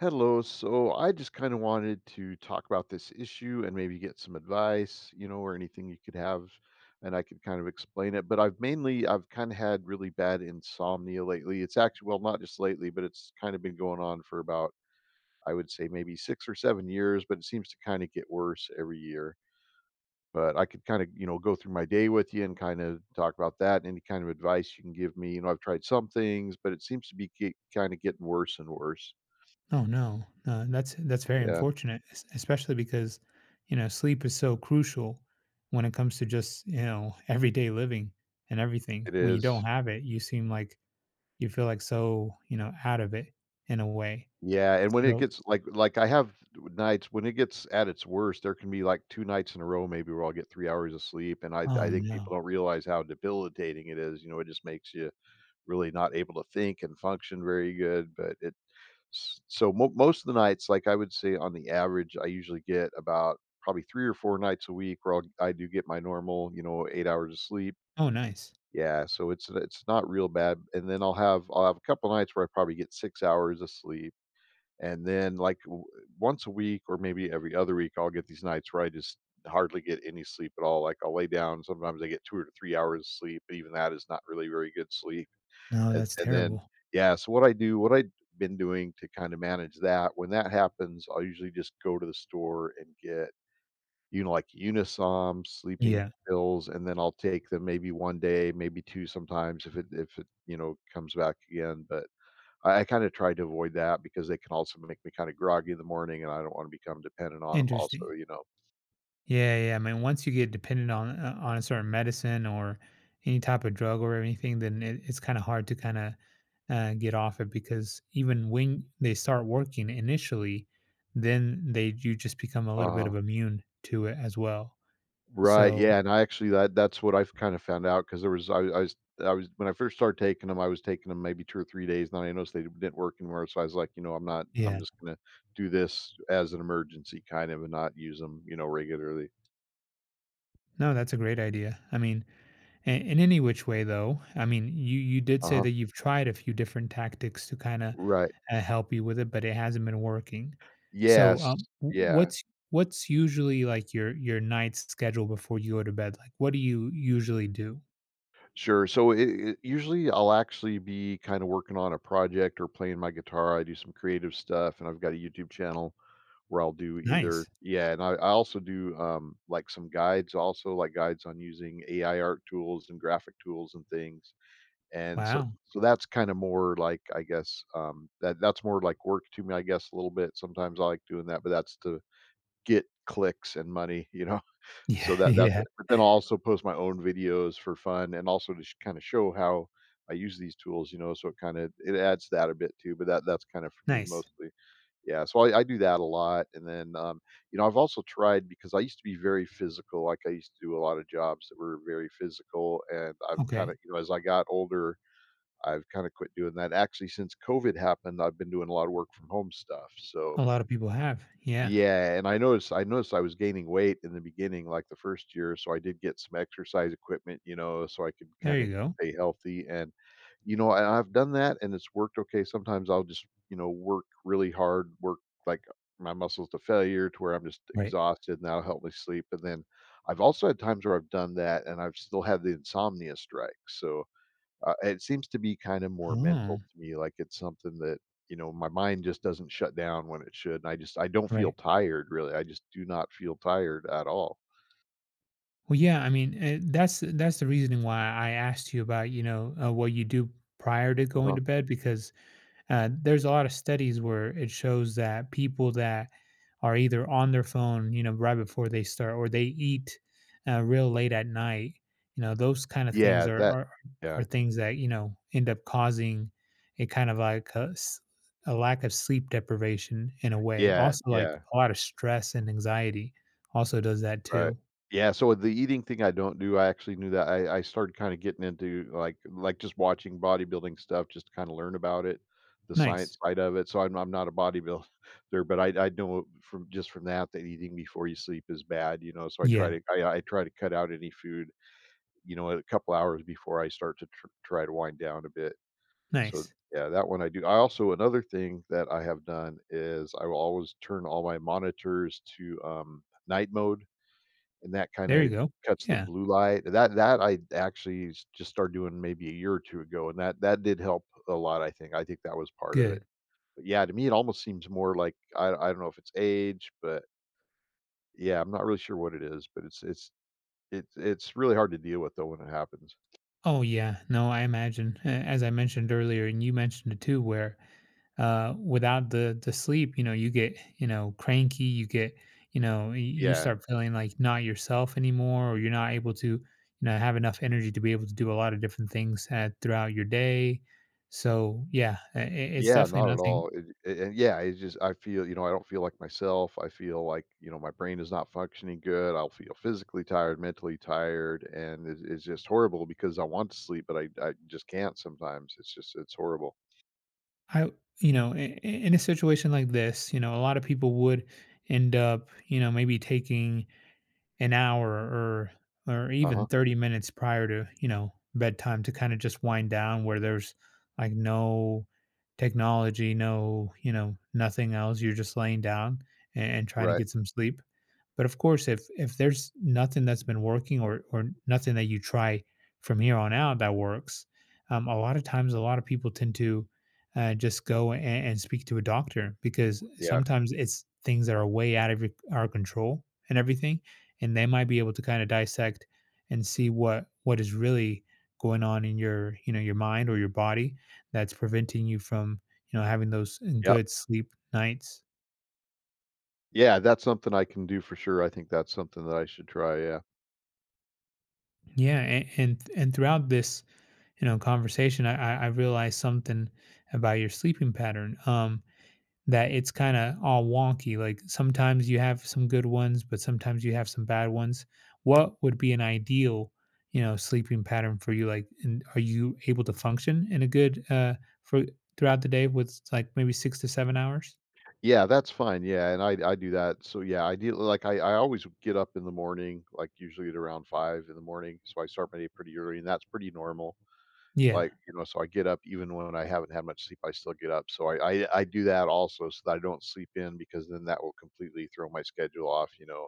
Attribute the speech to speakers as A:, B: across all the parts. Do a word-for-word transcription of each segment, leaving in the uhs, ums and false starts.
A: Hello. So I just kind of wanted to talk about this issue and maybe get some advice, you know, or anything you could have, and I could kind of explain it. But I've mainly, I've kind of had really bad insomnia lately. It's actually, well, not just lately, but it's kind of been going on for about, I would say maybe six or seven years, but it seems to kind of get worse every year. But I could kind of, you know, go through my day with you and kind of talk about that and any kind of advice you can give me. You know, I've tried some things, but it seems to be get, kind of getting worse and worse.
B: Oh no, uh, that's that's very
A: Yeah,
B: unfortunate, es- especially because you know sleep is so crucial when it comes to just you know everyday living and everything.
A: it
B: When you don't
A: is.
B: have it, you seem like you feel like so you know out of it in a way.
A: Yeah, and when it
B: So
A: gets like like I have nights when it gets at its worst. There can be like two nights in a row maybe where I'll get three hours of sleep, and I I
B: oh
A: think
B: no,
A: people don't realize how debilitating it is. You know, it just makes you really not able to think and function very good, but it s so mo most of the nights, like, I would say on the average, I usually get about probably three or four nights a week where I'll I do get my normal, you know, eight hours of sleep.
B: oh nice,
A: Yeah, so it's it's not real bad, and then I'll have I'll have a couple nights where I probably get six hours of sleep. And then, like, w once a week or maybe every other week, I'll get these nights where I just hardly get any sleep at all. Like, I'll lay down. Sometimes I get two or three hours of sleep, but even that is not really very good sleep.
B: no,
A: And
B: that's
A: and then,
B: terrible.
A: yeah, so what I do what I've been doing to kinda manage that, when that happens, I'll usually just go to the store and get, you know, like, Unisom, sleeping
B: Yeah,
A: pills, and then I'll take them maybe one day, maybe two sometimes if it if it, you know, comes back again, but I I kinda tried to avoid that because they can also make me kinda groggy in the morning, and I don't wanna become dependent on them.
B: interesting.
A: Also, you know?
B: Yeah, yeah. I mean, once you get dependent on uh, on a certain medicine or any type of drug or anything, then it, it's kind of hard to kind of uh, get off it because even when they start working initially, then they you just become a little bit
A: Uh-huh.
B: of immune to it as well.
A: Right,
B: So
A: yeah, and I actually that that's what I've kinda found out because there was I I was I was when I first started taking them, I was taking them maybe two or three days, and then I noticed they didn't work anymore, so I was like, "You know, I'm not
B: yeah,
A: I'm just gonna do this as an emergency kind of and not use them, you know, regularly."
B: no, that's a great idea. I mean, and in any which way, though, I mean, you you did say
A: Uh-huh.
B: that you've tried a few different tactics to kind of
A: Right.
B: uh, help you with it, but it hasn't been working. So,
A: Yes.
B: um, w-
A: Yeah.
B: what's what's usually like your your night's schedule before you go to bed? Like, what do you usually do?
A: Sure. So it, it, usually I'll actually be kind of working on a project or playing my guitar. I do some creative stuff, and I've got a YouTube channel where I'll do either,
B: Nice.
A: yeah, and I, I also do um, like some guides, also like guides on using A I art tools and graphic tools and things. And so
B: Wow.
A: so that's kind of more like I guess, um, that that's more like work to me, I guess a little bit. Sometimes I like doing that, but that's to get clicks and money, you know?
B: Yeah.
A: So that that's
B: Yeah.
A: it. But then I'll also post my own videos for fun and also to sh kinda show how I use these tools, you know, so it kinda it adds that a bit too, but that that's kind of for me
B: Nice.
A: mostly. Yeah, so I I do that a lot, and then, um, you know, I've also tried because I used to be very physical, like, I used to do a lot of jobs that were very physical, and I've kinda
B: Okay.
A: you know, as I got older, I've kinda quit doing that. Actually, since COVID happened, I've been doing a lot of work from home stuff,
B: A
A: so
B: lot of people have. Yeah.
A: yeah, and I noticed I noticed I was gaining weight in the beginning, like the first year, so I did get some exercise equipment, you know, so I could
B: There
A: kind of
B: you go.
A: stay healthy. And you know, I, I've done that, and it's worked okay. Sometimes I'll just you know work really hard, work like my muscles to failure to where I'm just
B: Right.
A: exhausted, and that'll help me sleep. And then I've also had times where I've done that, and I've still had the insomnia strike. So uh, it seems to be kind of more
B: Oh,
A: mental to me, like it's something that, you know, my mind just doesn't shut down when it should, and I just I don't feel
B: right.
A: tired really. I just do not feel tired at all.
B: Well, yeah. I mean, uh, that's that's the reasoning why I asked you about you know uh, what you do prior to going
A: Uh-huh.
B: to bed because Uh, there's a lot of studies where it shows that people that are either on their phone, you know, right before they start, or they eat uh, real late at night, you know, those kind of things
A: Yeah,
B: are
A: that
B: are,
A: yeah.
B: are things that you know end up causing a kind of like a, s- a lack of sleep deprivation in a way.
A: Yeah,
B: Also, like
A: yeah.
B: a lot of stress and anxiety also does that
A: Right.
B: too.
A: Yeah, so the eating thing I don't do. I actually knew that I I started kinda getting into, like like, just watching bodybuilding stuff just to kinda learn about it, the
B: Nice.
A: science side of it, so I'm I'm not a bodybuilder, but I I know from just from that that eating before you sleep is bad, you know, so I try
B: Yeah.
A: to I I try to cut out any food, you know, a couple hours before I start to tr try to wind down a bit, so,
B: Nice.
A: yeah, that one I do. I also, another thing that I have done is I will always turn all my monitors to, um, night mode. And that
B: There you
A: kinda
B: go.
A: cuts the
B: Yeah.
A: blue light. That that I actually s just started doing maybe a year or two ago, and that that did help a lot, I think. I think that was part of it.
B: Good.
A: But yeah, to me, it almost seems more like I I don't know if it's age, but yeah, I'm not really sure what it is, but it's it's it's it's really hard to deal with, though, when it happens.
B: Oh yeah, no, I imagine. A- As I mentioned earlier, and you mentioned it too, where uh, without the the sleep, you know, you get you know cranky, you get you know y- you
A: Yeah.
B: start feeling like not yourself anymore, or you're not able to you know have enough energy to be able to do a lot of different things uh, throughout your day. So yeah, i- i- it's
A: Yeah,
B: definitely
A: not at
B: nothing.
A: all. It, a- and yeah, it's just I feel you know I don't feel like myself. I feel like you know my brain is not functioning good. I'll feel physically tired, mentally tired, and it, it's just horrible because I want to sleep, but I I just can't sometimes. It's just it's horrible.
B: I you know i- i- in a situation like this, you know, a lot of people would end up you know maybe taking an hour or or
A: Uh
B: even
A: huh.
B: thirty minutes prior to, you know, bedtime to kind of just wind down where there's like no technology, no, you know, nothing else. You're just laying down and, and trying to
A: Right.
B: get some sleep. But of course, if if there's nothing that's been working or or nothing that you try from here on out that works, um, a lot of times a lot of people tend to uh, just go and, and speak to a doctor because
A: Yeah.
B: sometimes it's things that are way out of your- our control and everything, and they might be able to kind of dissect and see what what is really going on in your you know your mind or your body that's preventing you from you know having those uh,
A: Yep.
B: good sleep nights.
A: Yeah, that's something I can do for sure. I think that's something that I should try. Yeah.
B: Yeah, and and, and throughout this you know, conversation, I, I I realized something about your sleeping pattern. Um, that it's kind of all wonky. Like sometimes you have some good ones, but sometimes you have some bad ones. What would be an ideal, you know, sleeping pattern for you? Like, and are you able to function in a good uh for throughout the day with like maybe six to seven hours?
A: Yeah, that's fine. Yeah, and I I do that. So yeah, I do like I I always get up in the morning, like usually at around five in the morning. So I start my day pretty early, and that's pretty normal.
B: Yeah,
A: Like, you know, so I get up even when I haven't had much sleep, I still get up. So I I I do that also so that I don't sleep in, because then that will completely throw my schedule off, you know,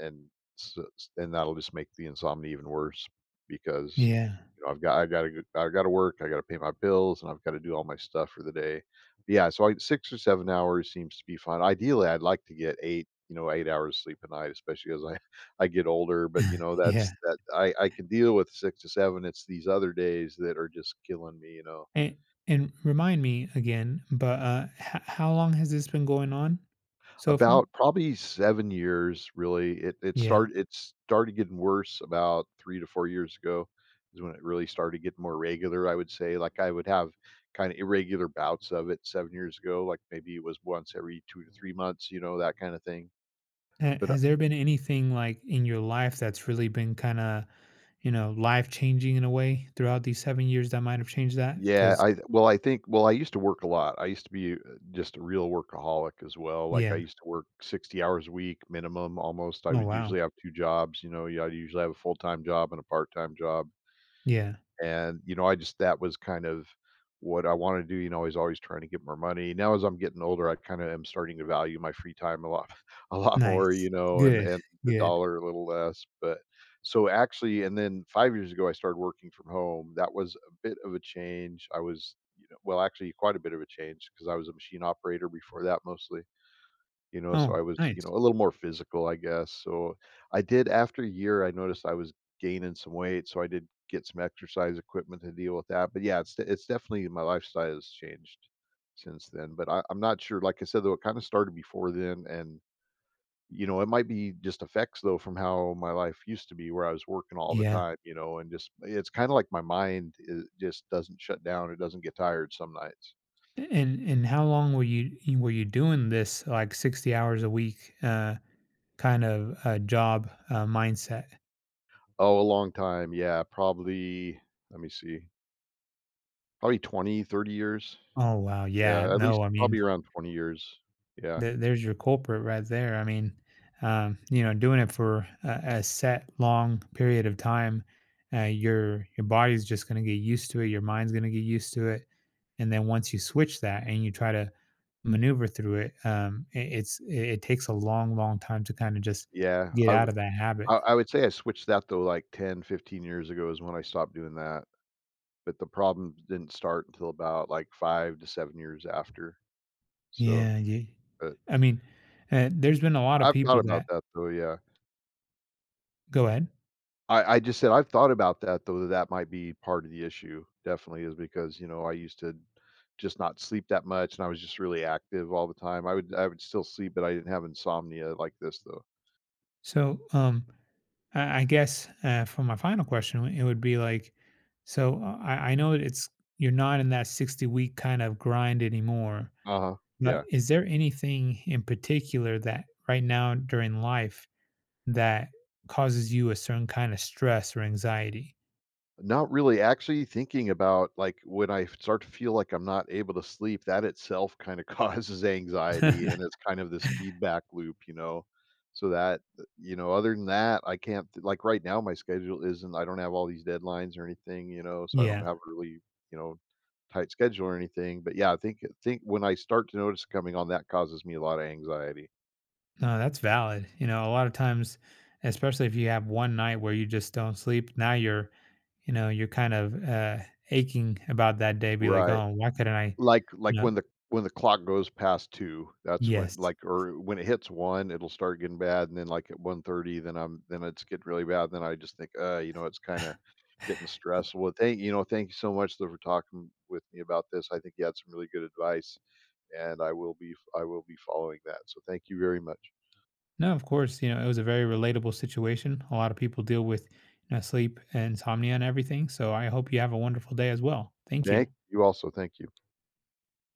A: and s s and that'll just make the insomnia even worse because
B: yeah,
A: you know, I've got I gotta I I gotta work, I gotta pay my bills, and I've gotta do all my stuff for the day. Yeah, so I six or seven hours seems to be fine. Ideally, I'd like to get eight, you know, eight hours sleep a night, especially as I I get older, but, you know,
B: yeah.
A: that's that I I can deal with six to seven. It's these other days that are just killing me, you know?
B: And and remind me again, but uh, h- how long has this been going on so far?
A: About probably seven years, really. It it
B: Yeah.
A: started it started getting worse about three to four years ago is when it really started getting more regular, I would say. Like, I would have kinda irregular bouts of it seven years ago, like, maybe it was once every two to three months, you know, that kinda thing.
B: Ha-
A: But, uh
B: Has there been anything like in your life that's really been kind of, you know, life changing in a way throughout these seven years that might have changed that?
A: yeah,
B: Because,
A: I well, I think, well, I used to work a lot. I used to be, uh, just a real workaholic as well. Like, I
B: yeah.
A: used to work sixty hours a week minimum, almost. I
B: Oh,
A: would
B: wow.
A: usually have two jobs, you know, yeah, I'd usually have a full-time job and a part-time job.
B: Yeah.
A: And, you know, I just that was kind of what I wanted to do. you know, I was always trying to get more money. Now as I'm getting older, I kind of am starting to value my free time a lot a lot more,
B: Nice.
A: you know, and
B: Good.
A: and the
B: Good.
A: dollar a little less, but so actually and then five years ago, I started working from home. That was a bit of a change. I was, you know Well, actually, quite a bit of a change because I was a machine operator before that mostly. You know, so
B: Oh,
A: I was, you know,
B: nice.
A: a little more physical, I guess. So, I did after a year, I noticed I was gaining some weight, so I did get some exercise equipment to deal with that. But yeah, it's de- it's definitely my lifestyle has changed since then. But I, I'm not sure. Like I said, though, it kind of started before then, and you know, it might be just effects though from how my life used to be, where I was working all the
B: Yeah.
A: time. You know, and just it's kind of like my mind is, just doesn't shut down. It doesn't get tired some nights.
B: And and how long were you you- were you doing this like sixty hours a week uh kind of uh job uh mindset?
A: Oh, a long time. Yeah, probably. Let me see. Probably twenty, thirty years.
B: Oh wow. Yeah.
A: Yeah, at
B: No,
A: least
B: I mean
A: probably around twenty years. Yeah.
B: There there's your culprit right there. I mean, um, you know, doing it for a, a set long period of time, uh, your your body's just going to get used to it. Your mind's going to get used to it, and then once you switch that and you try to maneuver through it, um, it it's it, it takes a long, long time to kind of just
A: Yeah,
B: get
A: I
B: out
A: would
B: of that habit.
A: I I would say I switched that though, like, ten, fifteen years ago is when I stopped doing that, but the problem didn't start until about, like, five to seven years after. So,
B: Yeah, yeah.
A: but
B: I mean, uh, there's been a lot of
A: I've
B: people
A: thought about
B: that
A: that though, yeah.
B: go ahead.
A: I I just said I've thought about that though, that that might be part of the issue, definitely is because, you know, I used to just not sleep that much, and I was just really active all the time. I would I would still sleep, but I didn't have insomnia like this though.
B: So, um, I I guess uh, for my final question, it would be like, so uh, I, I know it's you're not in that sixty week kind of grind anymore,
A: Uh-huh.
B: but
A: Yeah.
B: is there anything in particular that right now during life that causes you a certain kind of stress or anxiety?
A: Not really, actually thinking about, like, when I start to feel like I'm not able to sleep, that itself kinda causes anxiety, and it's kind of this feedback loop, you know? So that, uh, you know, other than that, I can't, like, right now, my schedule isn't I don't have all these deadlines or anything, you know, so I don't
B: Yeah,
A: have a really, you know, tight schedule or anything, but yeah, I think think when I start to notice it coming on, that causes me a lot of anxiety.
B: no, that's valid. You know, a lot of times, especially if you have one night where you just don't sleep, now you're you know, you're kind of, uh, aching about that day, be like,
A: Right.
B: "Oh, why couldn't I"
A: Like
B: you
A: like,
B: know
A: when the when the clock goes past two, that's when
B: Yes.
A: like or when it hits one, it'll start getting bad, and then, like, at one thirty, then I'm then it's getting really bad, then I just think, "Uh, you know, it's kinda getting stressful." Well, thank you know, thank you so much, though, for talking with me about this. I think you had some really good advice, and I will be I will be following that, so thank you very much.
B: No, of course, you know, it was a very relatable situation. A lot of people deal with, you know, sleep, and insomnia, and everything, so I hope you have a wonderful day as well. Thank you.
A: Thank you also, thank you.